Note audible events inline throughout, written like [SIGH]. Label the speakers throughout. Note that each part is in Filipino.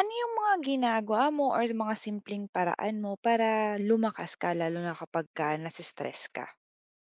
Speaker 1: Ano yung mga ginagawa mo or mga simpleng paraan mo para lumakas ka lalo na kapagka nase-stress ka?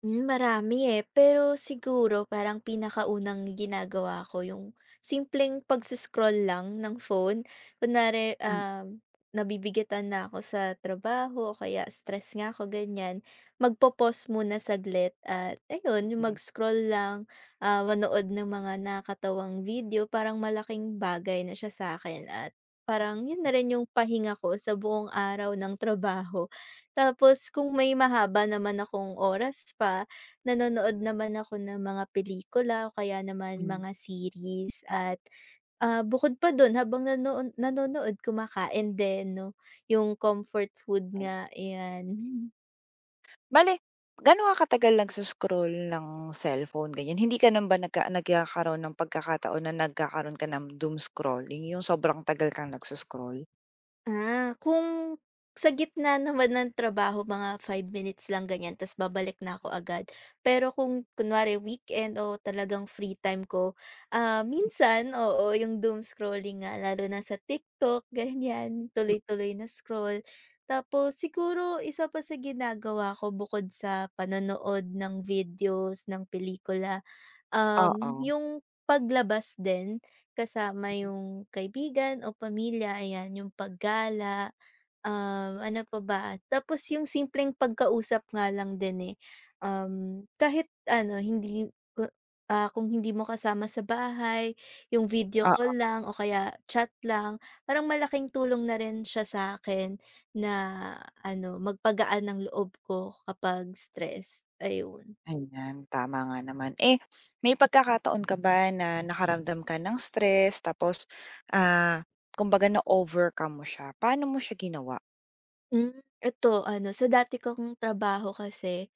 Speaker 2: Marami, eh. Pero siguro parang pinakaunang ginagawa ko yung simpleng lang ng phone. Kunwari,
Speaker 1: Mm,
Speaker 2: nabibigatan na ako sa trabaho o kaya stress nga ako, ganyan. Magpo-pause muna saglit at ayun, yung
Speaker 1: mm,
Speaker 2: mag-scroll lang, manood ng mga nakatawang video. Parang malaking bagay na siya sa akin at parang yun na rin yung pahinga ko sa buong araw ng trabaho. Tapos kung may mahaba naman akong oras pa, nanonood naman ako ng mga pelikula o kaya naman
Speaker 1: hmm.
Speaker 2: mga series at, bukod pa dun habang nanonood kumakain din 'no, yung comfort food
Speaker 1: Ay,
Speaker 2: nga, ayan. [LAUGHS]
Speaker 1: bale gaano ka katagal nagso-scroll ng cellphone ganyan? Hindi ka naman ba nagkakaroon ng pagkakataon na nagkakaroon ka ng doom scrolling, yung sobrang tagal kang nagso-scroll?
Speaker 2: Kung sa gitna naman ng trabaho mga 5 minutes lang ganyan tapos babalik na ako agad. Pero kung kunwari weekend o talagang free time ko, minsan, oo, yung doom scrolling nga lalo na sa TikTok [LAUGHS] ganyan,
Speaker 1: Hmm,
Speaker 2: tuloy-tuloy na scroll. Tapos siguro isa pa sa ginagawa ko bukod sa panonood ng videos, ng pelikula, Um,
Speaker 1: oo.
Speaker 2: yung paglabas din kasama
Speaker 1: Hmm.
Speaker 2: yung kaibigan o pamilya, ayan, yung paggala, ano pa ba, tapos yung simpleng pagkausap nga lang din eh. Kahit ano, hindi ku- kung hindi mo kasama sa bahay, yung video call lang o kaya chat lang, parang malaking tulong na rin siya sa akin na ano, magpagaan ng loob ko kapag stress. Ayun.
Speaker 1: Ayan, tama nga naman. Eh, may pagkakataon ka ba na nakaramdam ka ng stress tapos, ah, kumbaga na-overcome mo siya? Paano mo siya ginawa?
Speaker 2: Hmm, eto ano, sa dati kong trabaho kasi,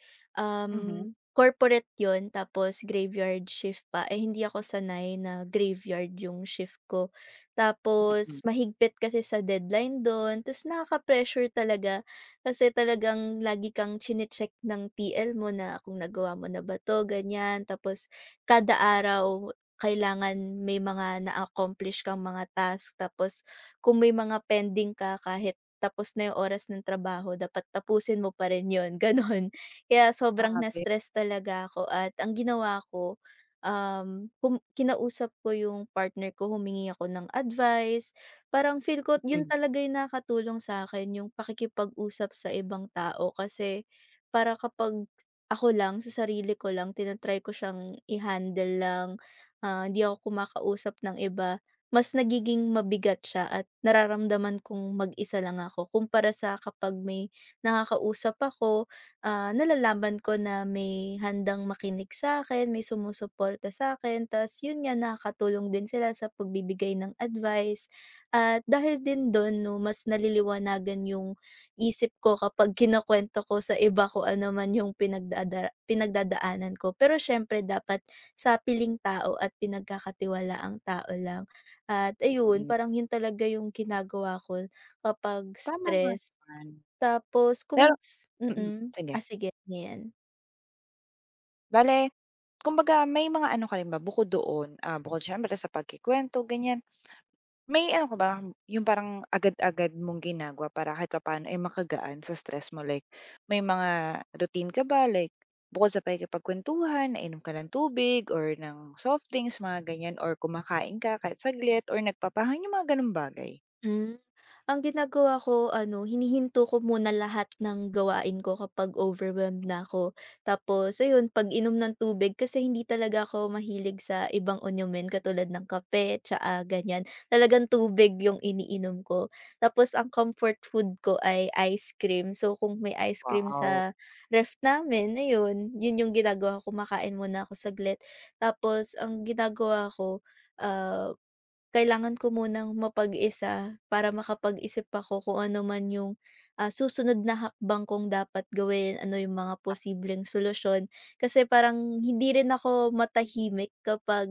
Speaker 1: Mhm,
Speaker 2: corporate yon, tapos graveyard shift pa, eh, hindi ako sanay na graveyard yung shift ko. Tapos
Speaker 1: mm.
Speaker 2: mahigpit kasi sa deadline dun ta's nakaka-pressure talaga kasi talagang lagi kang chine-check ng TL mo na kung nagawa mo na ba 'to, ganiyan. Tapos kada araw kailangan may mga na-accomplish kang mga task tapos kung may mga pending ka kahit tapos na yung oras ng trabaho dapat tapusin mo pa rin yun, [LAUGHS] gano'n. Kaya sobrang
Speaker 1: Grabe,
Speaker 2: na-stress talaga ako at ang ginawa ko, um, kum kinausap ko yung partner ko, humingi ako ng advice. Parang feel ko yun
Speaker 1: mm,
Speaker 2: talaga yung nakatulong sa akin yung pakikipag-usap sa ibang tao kasi para kapag ako lang, sa sarili ko lang, tinatry ko siyang i-handle lang, hindi ako kumakausap ng iba. Mas nagiging mabigat siya at nararamdaman kong mag-isa lang ako kumpara sa kapag may nakakausap ako, nalalaman ko na may handang makinig sa akin, may sumusuporta sa akin, ta's yun nga nakakatulong din sila sa pagbibigay ng advice. At dahil din dun 'no, mas naliliwanagan yung isip ko kapag kinukuwento ko sa iba ko ano man yung pinagdadaanan ko. Pero siyempre dapat sa piling tao at pinagkakatiwalaang tao lang. At ayun,
Speaker 1: mm.
Speaker 2: parang yun talaga yung ginagawa ko kapag
Speaker 1: Tama nga
Speaker 2: stress.
Speaker 1: naman.
Speaker 2: Tapos
Speaker 1: Pero
Speaker 2: kung s
Speaker 1: mm,
Speaker 2: mm.
Speaker 1: sige.
Speaker 2: Ah, sige, ano yan?
Speaker 1: Bale, kumbaga may mga ano ka rin ba bukod doon, bukod siyempre sa pagkukuwento, ganyan. May ano ka ba, yung parang agad-agad mong ginagawa para kahit papaano ay makagaan sa stress mo? Like, may mga routine ka ba? Like, bukod sa pakikipagkwentuhan, nainom ka ng tubig or ng soft drinks, mga ganyan, or kumakain ka kahit saglit or nagpapahangin, yung mga ganung bagay?
Speaker 2: Hmm, ang ginagawa ko ano, hinihinto ko muna lahat ng gawain ko kapag overwhelmed na ako. Tapos ayun, pag-inom ng tubig kasi hindi talaga ako mahilig sa ibang inumin katulad ng kape, tsaa, ganyan. Talagang tubig yung iniinom ko. Tapos ang comfort food ko ay ice cream. So kung may ice cream
Speaker 1: Wow,
Speaker 2: sa ref namin, ayun, yun yung ginagawa ko, kumakain muna ako saglit. Tapos ang ginagawa ko, ah kailangan ko munang mapag-isa para makapag-isip ako kung ano man yung, susunod na hakbang kong dapat gawin, ano yung mga posibleng solusyon. Kasi parang hindi rin ako matahimik kapag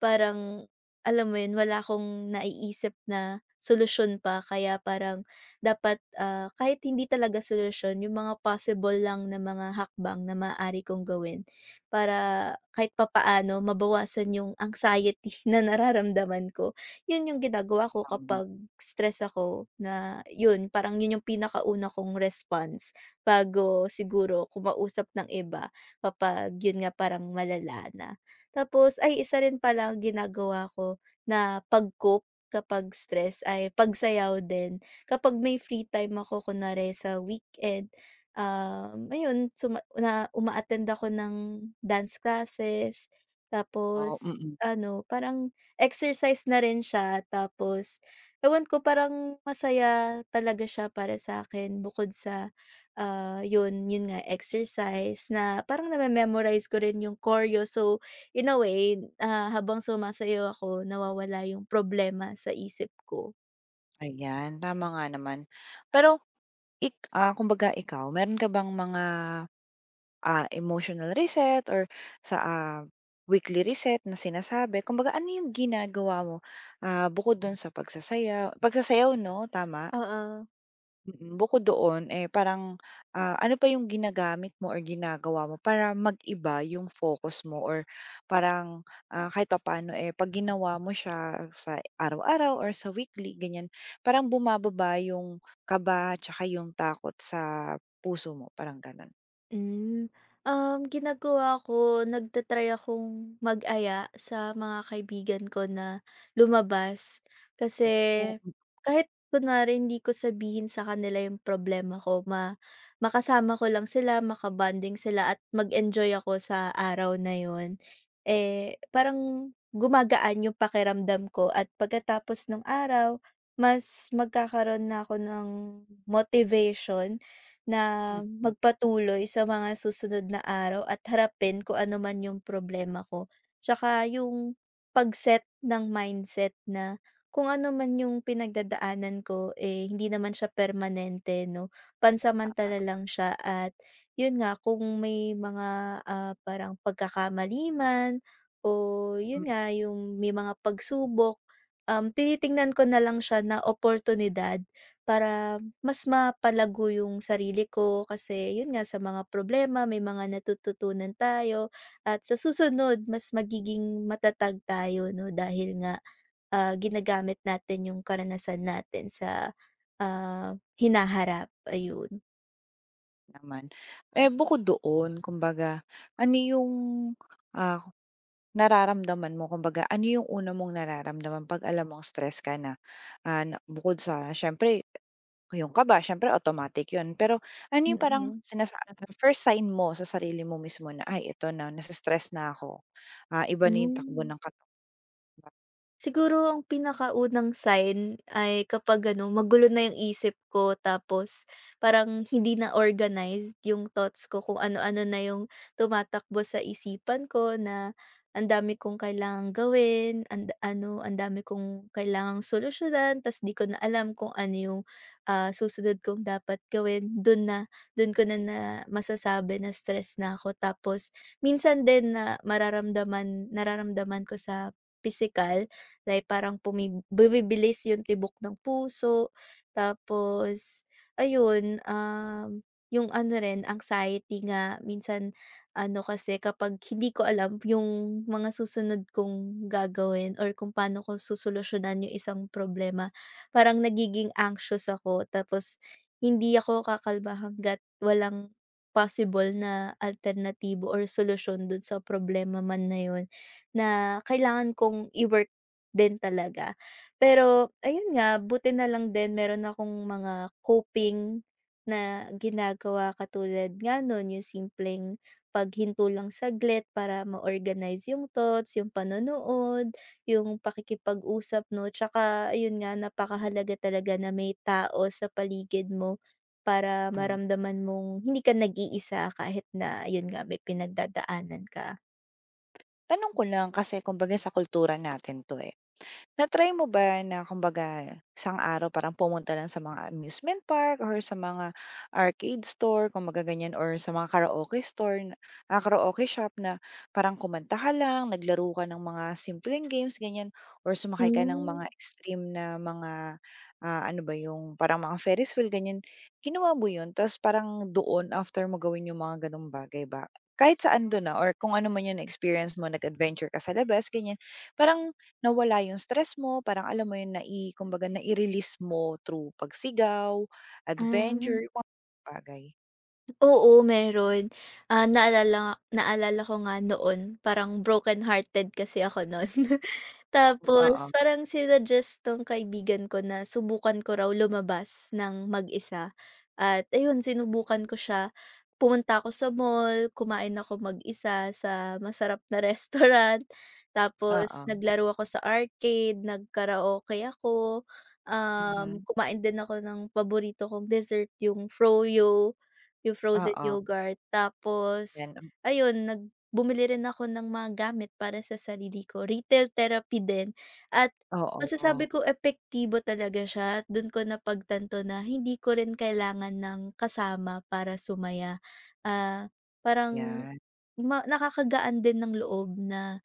Speaker 2: parang, alam mo yun, wala akong naiisip na solusyon pa. Kaya parang dapat, kahit hindi talaga solusyon, yung mga possible lang na mga hakbang na maaari kong gawin para kahit papaano mabawasan yung anxiety [LAUGHS] na nararamdaman ko. 'Yun yung ginagawa ko
Speaker 1: tama.
Speaker 2: kapag stress ako na yun, parang yun yung pinakauna kong response bago siguro kumausap ng iba kapag yun nga, parang malala na. Tapos ay isa rin pala ang ginagawa ko na pag-cope kapag stress ay pagsayaw din. Kapag may free time ako kunwari sa weekend, ayun suma na umaattend ako ng dance classes
Speaker 1: Oh,
Speaker 2: tapos
Speaker 1: mm.
Speaker 2: ano, parang exercise na rin siya tapos ewan ko parang masaya talaga siya para sa'kin bukod sa, yun, yun nga exercise na parang name-memorize ko rin yung choreo. So, in a way, habang sumasayaw ako nawawala yung problema sa isip ko.
Speaker 1: Ayan, tama nga naman. Pero kumbaga ikaw, meron ka bang mga emotional reset or sa, weekly reset na sinasabi. Kumbaga ano yung ginagawa mo, bukod dun sa pagsasayaw pagsasayaw 'no, tama?
Speaker 2: Oo.
Speaker 1: Mm, bukod doon, eh, parang, ano pa yung ginagamit mo or ginagawa mo para mag-iba yung focus mo or parang, kahit papaano, eh, 'pag ginawa mo siya sa araw-araw or sa weekly ganyan, parang bumababa yung kaba 'tsaka yung takot sa puso mo, parang gano'n?
Speaker 2: Hmm. Ginagawa ko, nagta-try akong mag-aya sa mga kaibigan ko na lumabas. Kasi
Speaker 1: Oo,
Speaker 2: kahit kunwari hindi ko sabihin sa kanila yung problema ko, makasama ko lang sila, makabanding sila at mag-enjoy ako sa araw na yun. Eh, parang gumagaan yung pakiramdam ko at pagkatapos ng araw, mas magkakaroon na ako ng motivation na
Speaker 1: mm,
Speaker 2: magpatuloy sa mga susunod na araw at harapin kung ano man yung problema ko. Tsaka yung pag-set ng mindset na kung ano man yung pinagdadaanan ko, eh, hindi naman siya permanente, no? Pansamantala lang siya at yun nga, kung may mga parang pagkakamaliman o yun
Speaker 1: mm.
Speaker 2: nga, yung may mga pagsubok, tinitingnan ko na lang siya na oportunidad para mas mapalago yung sarili ko kasi yun nga sa mga problema may mga natututunan tayo at sa susunod mas magiging matatag tayo 'no dahil nga, ginagamit natin yung karanasan natin sa, hinaharap ayun.
Speaker 1: Naman. Eh, bukod doon kumbaga, ano yung, ah, nararamdaman mo kumbaga ano yung una mong nararamdaman 'pag alam mong stress ka na? Ah, na bukod sa siyempre yung kaba siyempre automatic yun, pero ano yung parang
Speaker 2: Mm-mm.
Speaker 1: first sign mo sa sarili mo mismo na, "Ay ito na nase-stress na ako." Ah, iba
Speaker 2: Mm.
Speaker 1: na yung takbo
Speaker 2: Hmm.
Speaker 1: ng
Speaker 2: Siguro ang pinakaunang sign ay kapag ano, magulo na yung isip ko tapos parang hindi na organized yung thoughts ko kung ano-ano na yung tumatakbo sa isipan ko na ang dami kong kailangang gawin, and, ano, ang dami kong kailangang solusyonan, tas di ko na alam kung ano yung susunod kong dapat gawin. Doon na, doon ko na, na masasabi na stress na ako. Tapos, minsan din na nararamdaman ko sa physical. Like parang bumibilis yung tibok ng puso, tapos ayun, yung ano rin anxiety nga minsan ano kasi kapag hindi ko alam yung mga susunod kong gagawin or kung paano ko susolusyunan yung isang problema, parang nagiging anxious ako tapos hindi ako kakalma hangga't walang possible na alternatibo or solusyon dun sa problema man na yun na kailangan kong i-work din talaga. Pero ayun nga, buti na lang din meron akong mga coping na ginagawa katulad nga no'n, yung simpleng paghinto lang saglit para ma-organize yung thoughts, yung panonood, yung pakikipag-usap 'no, tsaka ayun nga napakahalaga talaga na may tao sa paligid mo para
Speaker 1: katawan.
Speaker 2: maramdaman mong hindi ka nag-iisa kahit na ayun nga, may pinagdadaanan ka.
Speaker 1: Tanong ko lang kasi kumbaga sa kultura natin 'to, eh. Na-try mo ba na kumbaga isang araw parang pumunta lang sa mga amusement park or sa mga arcade store kumbaga ganyan or sa mga karaoke store na karaoke shop na parang kumanta ka lang, naglaro ka ng mga simpleng games ganyan or sumakay ka ng
Speaker 2: Hmm,
Speaker 1: mga extreme na mga, ano ba yung parang mga Ferris wheel ganyan. Ginawa mo yun. Tapos parang doon after mo gawin yung mga gano'ng bagay ba kahit saan dun, na or kung ano man yung experience mo nag-adventure ka sa labas ganyan, parang nawala yung stress mo, parang alam mo yun, na i kumbaga nai-release mo through pagsigaw,
Speaker 2: ah.
Speaker 1: adventure, yung mga bagay.
Speaker 2: Oo, meron. Ah, naalala naalala ko nga noon parang broken hearted kasi ako nun. [LAUGHS]
Speaker 1: Oo,
Speaker 2: Tapos parang sinuggest tong kaibigan ko na subukan ko raw lumabas ng mag-isa at ayun sinubukan ko siya. Pumunta ako sa mall, kumain ako mag-isa sa masarap na [LAUGHS] restaurant, tapos
Speaker 1: oo.
Speaker 2: naglaro ako sa arcade, nagkaraoke ako,
Speaker 1: Mhm,
Speaker 2: kumain din ako ng paborito kong dessert, yung froyo. Yung frozen
Speaker 1: oo,
Speaker 2: yogurt tapos
Speaker 1: yan,
Speaker 2: ayun bumili rin ako ng mga gamit para sa sarili ko, retail therapy din at masasabi
Speaker 1: oo,
Speaker 2: ko epektibo talaga siya at dun ko napagtanto na hindi ko rin kailangan ng kasama para sumaya. Ah, parang
Speaker 1: yan.
Speaker 2: nakakagaan din ng loob na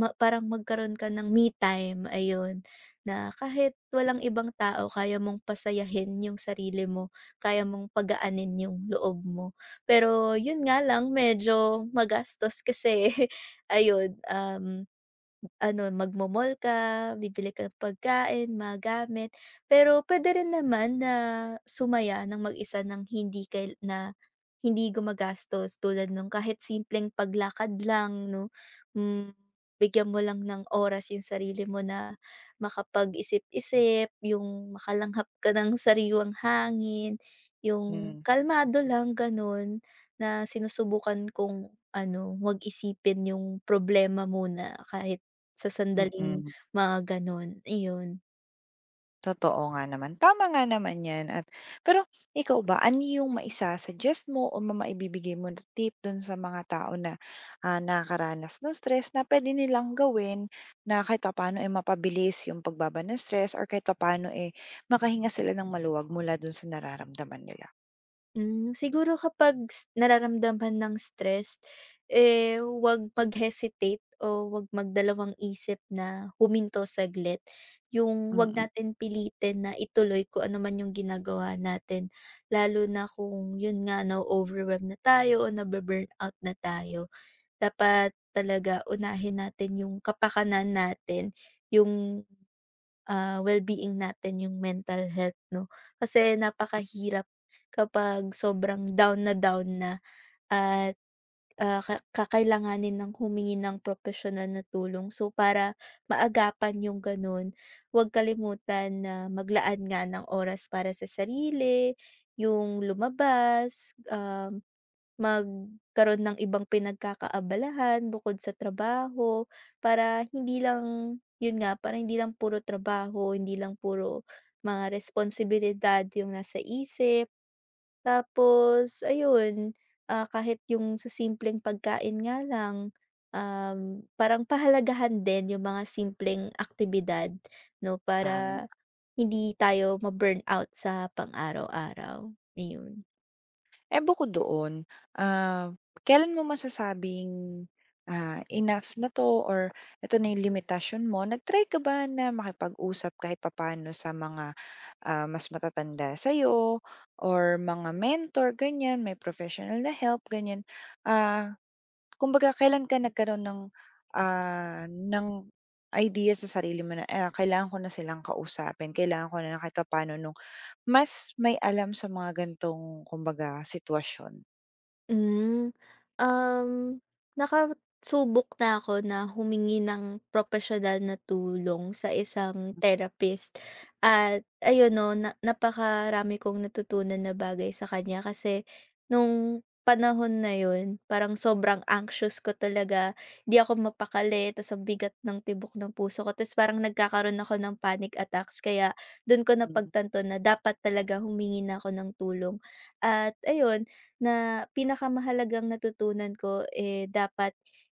Speaker 2: Parang magkaroon ka ng me time, ayun. Na kahit walang ibang tao kaya mong pasayahin yung sarili mo, kaya mong pagaanin yung loob mo. Pero yun nga lang medyo magastos kasi [LAUGHS] ayun, ano, magmomol ka, bibili ka ng pagkain, mga gamit. Pero puwede rin naman na sumaya ng mag-isa ng hindi kail na hindi gumagastos tulad nung kahit simpleng paglakad lang 'no, hmm, bigyan mo lang ng oras yung sarili mo na makapag-isip-isip, yung makalanghap ka ng [LAUGHS] sariwang hangin, yung
Speaker 1: Mm,
Speaker 2: kalmado lang gano'n na sinusubukan kong ano, 'wag isipin yung problema muna kahit sa sandaling
Speaker 1: mm.
Speaker 2: mga gano'n, iyon.
Speaker 1: Totoo nga naman, tama nga naman 'yan at pero ikaw ba, ano yung maisa-suggest mo o maibibigay mo na tip dun sa mga tao na, nakakaranas ng stress na puwede nilang gawin na kahit paano eh, mapabilis yung pagbaba ng stress or kahit paano eh, makahinga sila ng maluwag mula dun sa nararamdaman nila?
Speaker 2: Siguro kapag nararamdaman ng stress, eh, wag mag-hesitate o wag magdalawang isip na huminto saglit. Yung wag
Speaker 1: Mm,
Speaker 2: natin pilitin na ituloy kung ano man yung ginagawa natin, lalo na kung yun nga na-o-overwhelm na tayo o nabu-burnout na tayo. Dapat talaga unahin natin yung kapakanan natin, yung well-being natin yung mental health 'no. Kasi napakahirap kapag sobrang down na at, ah, ka kakailanganin ng humingi ng professional na tulong. So, para maagapan yung gano'n, huwag kalimutan na maglaan nga ng oras para sa sarili, yung lumabas. Magkaroon ng ibang pinagkakaabalahan bukod sa trabaho para hindi lang yun nga, para hindi lang puro trabaho, hindi lang puro mga responsibilidad yung nasa isip. Tapos ayun, kahit yung sa simpleng pagkain nga lang, parang pahalagahan din yung mga simpleng aktibidad 'no,
Speaker 1: tama.
Speaker 2: para hindi tayo ma burn out sa pang-araw-araw, ayun.
Speaker 1: Eh, bukod doon, ah, kailan mo masasabing, enough na 'to or ito na yung limitasyon mo? Nag-try ka ba na makipag-usap kahit papaano sa mga, mas matatanda sa'yo or mga mentor, ganyan, may professional na help, ganyan? Ah, kumbaga kailan ka nagkaroon ng, ah, ng idea sa sarili mo na, kailangan ko na silang kausapin, kailangan ko na na kahit papaano nung mas may alam sa mga ganitong kumbaga sitwasyon?
Speaker 2: Hmm, um, nakasubok na ako na humingi ng professional na tulong sa isang therapist at ayun 'no, na napakarami kong natutunan na bagay sa kanya kasi nung panahon na yun parang sobrang anxious ko talaga, di ako mapakali ta's ang bigat ng tibok ng puso ko ta's parang nagkakaroon ako ng panic attacks kaya dun ko
Speaker 1: Hmm,
Speaker 2: napagtanto na dapat talaga humingi na ako ng tulong at ayun na pinakamahalagang natutunan ko, eh, dapat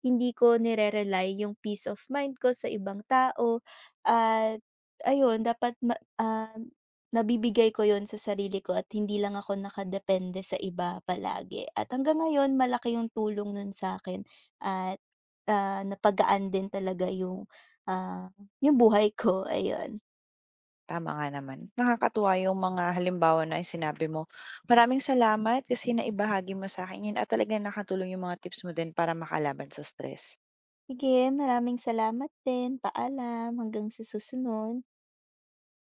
Speaker 2: hindi ko nire-rely yung peace of mind ko sa ibang tao at ayun dapat nabibigay ko yon sa sarili ko at hindi lang ako nakadepende sa iba palagi at hanggang ngayon malaki yung tulong nun sa'kin at, napagaan din talaga yung, ah, yung buhay ko, ayun.
Speaker 1: tama nga naman. Nakakatuwa yung mga halimbawa na sinabi mo. Maraming salamat kasi naibahagi mo sa'kin 'yan at talagang nakatulong yung mga tips mo din para makalaban sa stress.
Speaker 2: Sige, maraming salamat din. Paalam, hanggang sa susunod.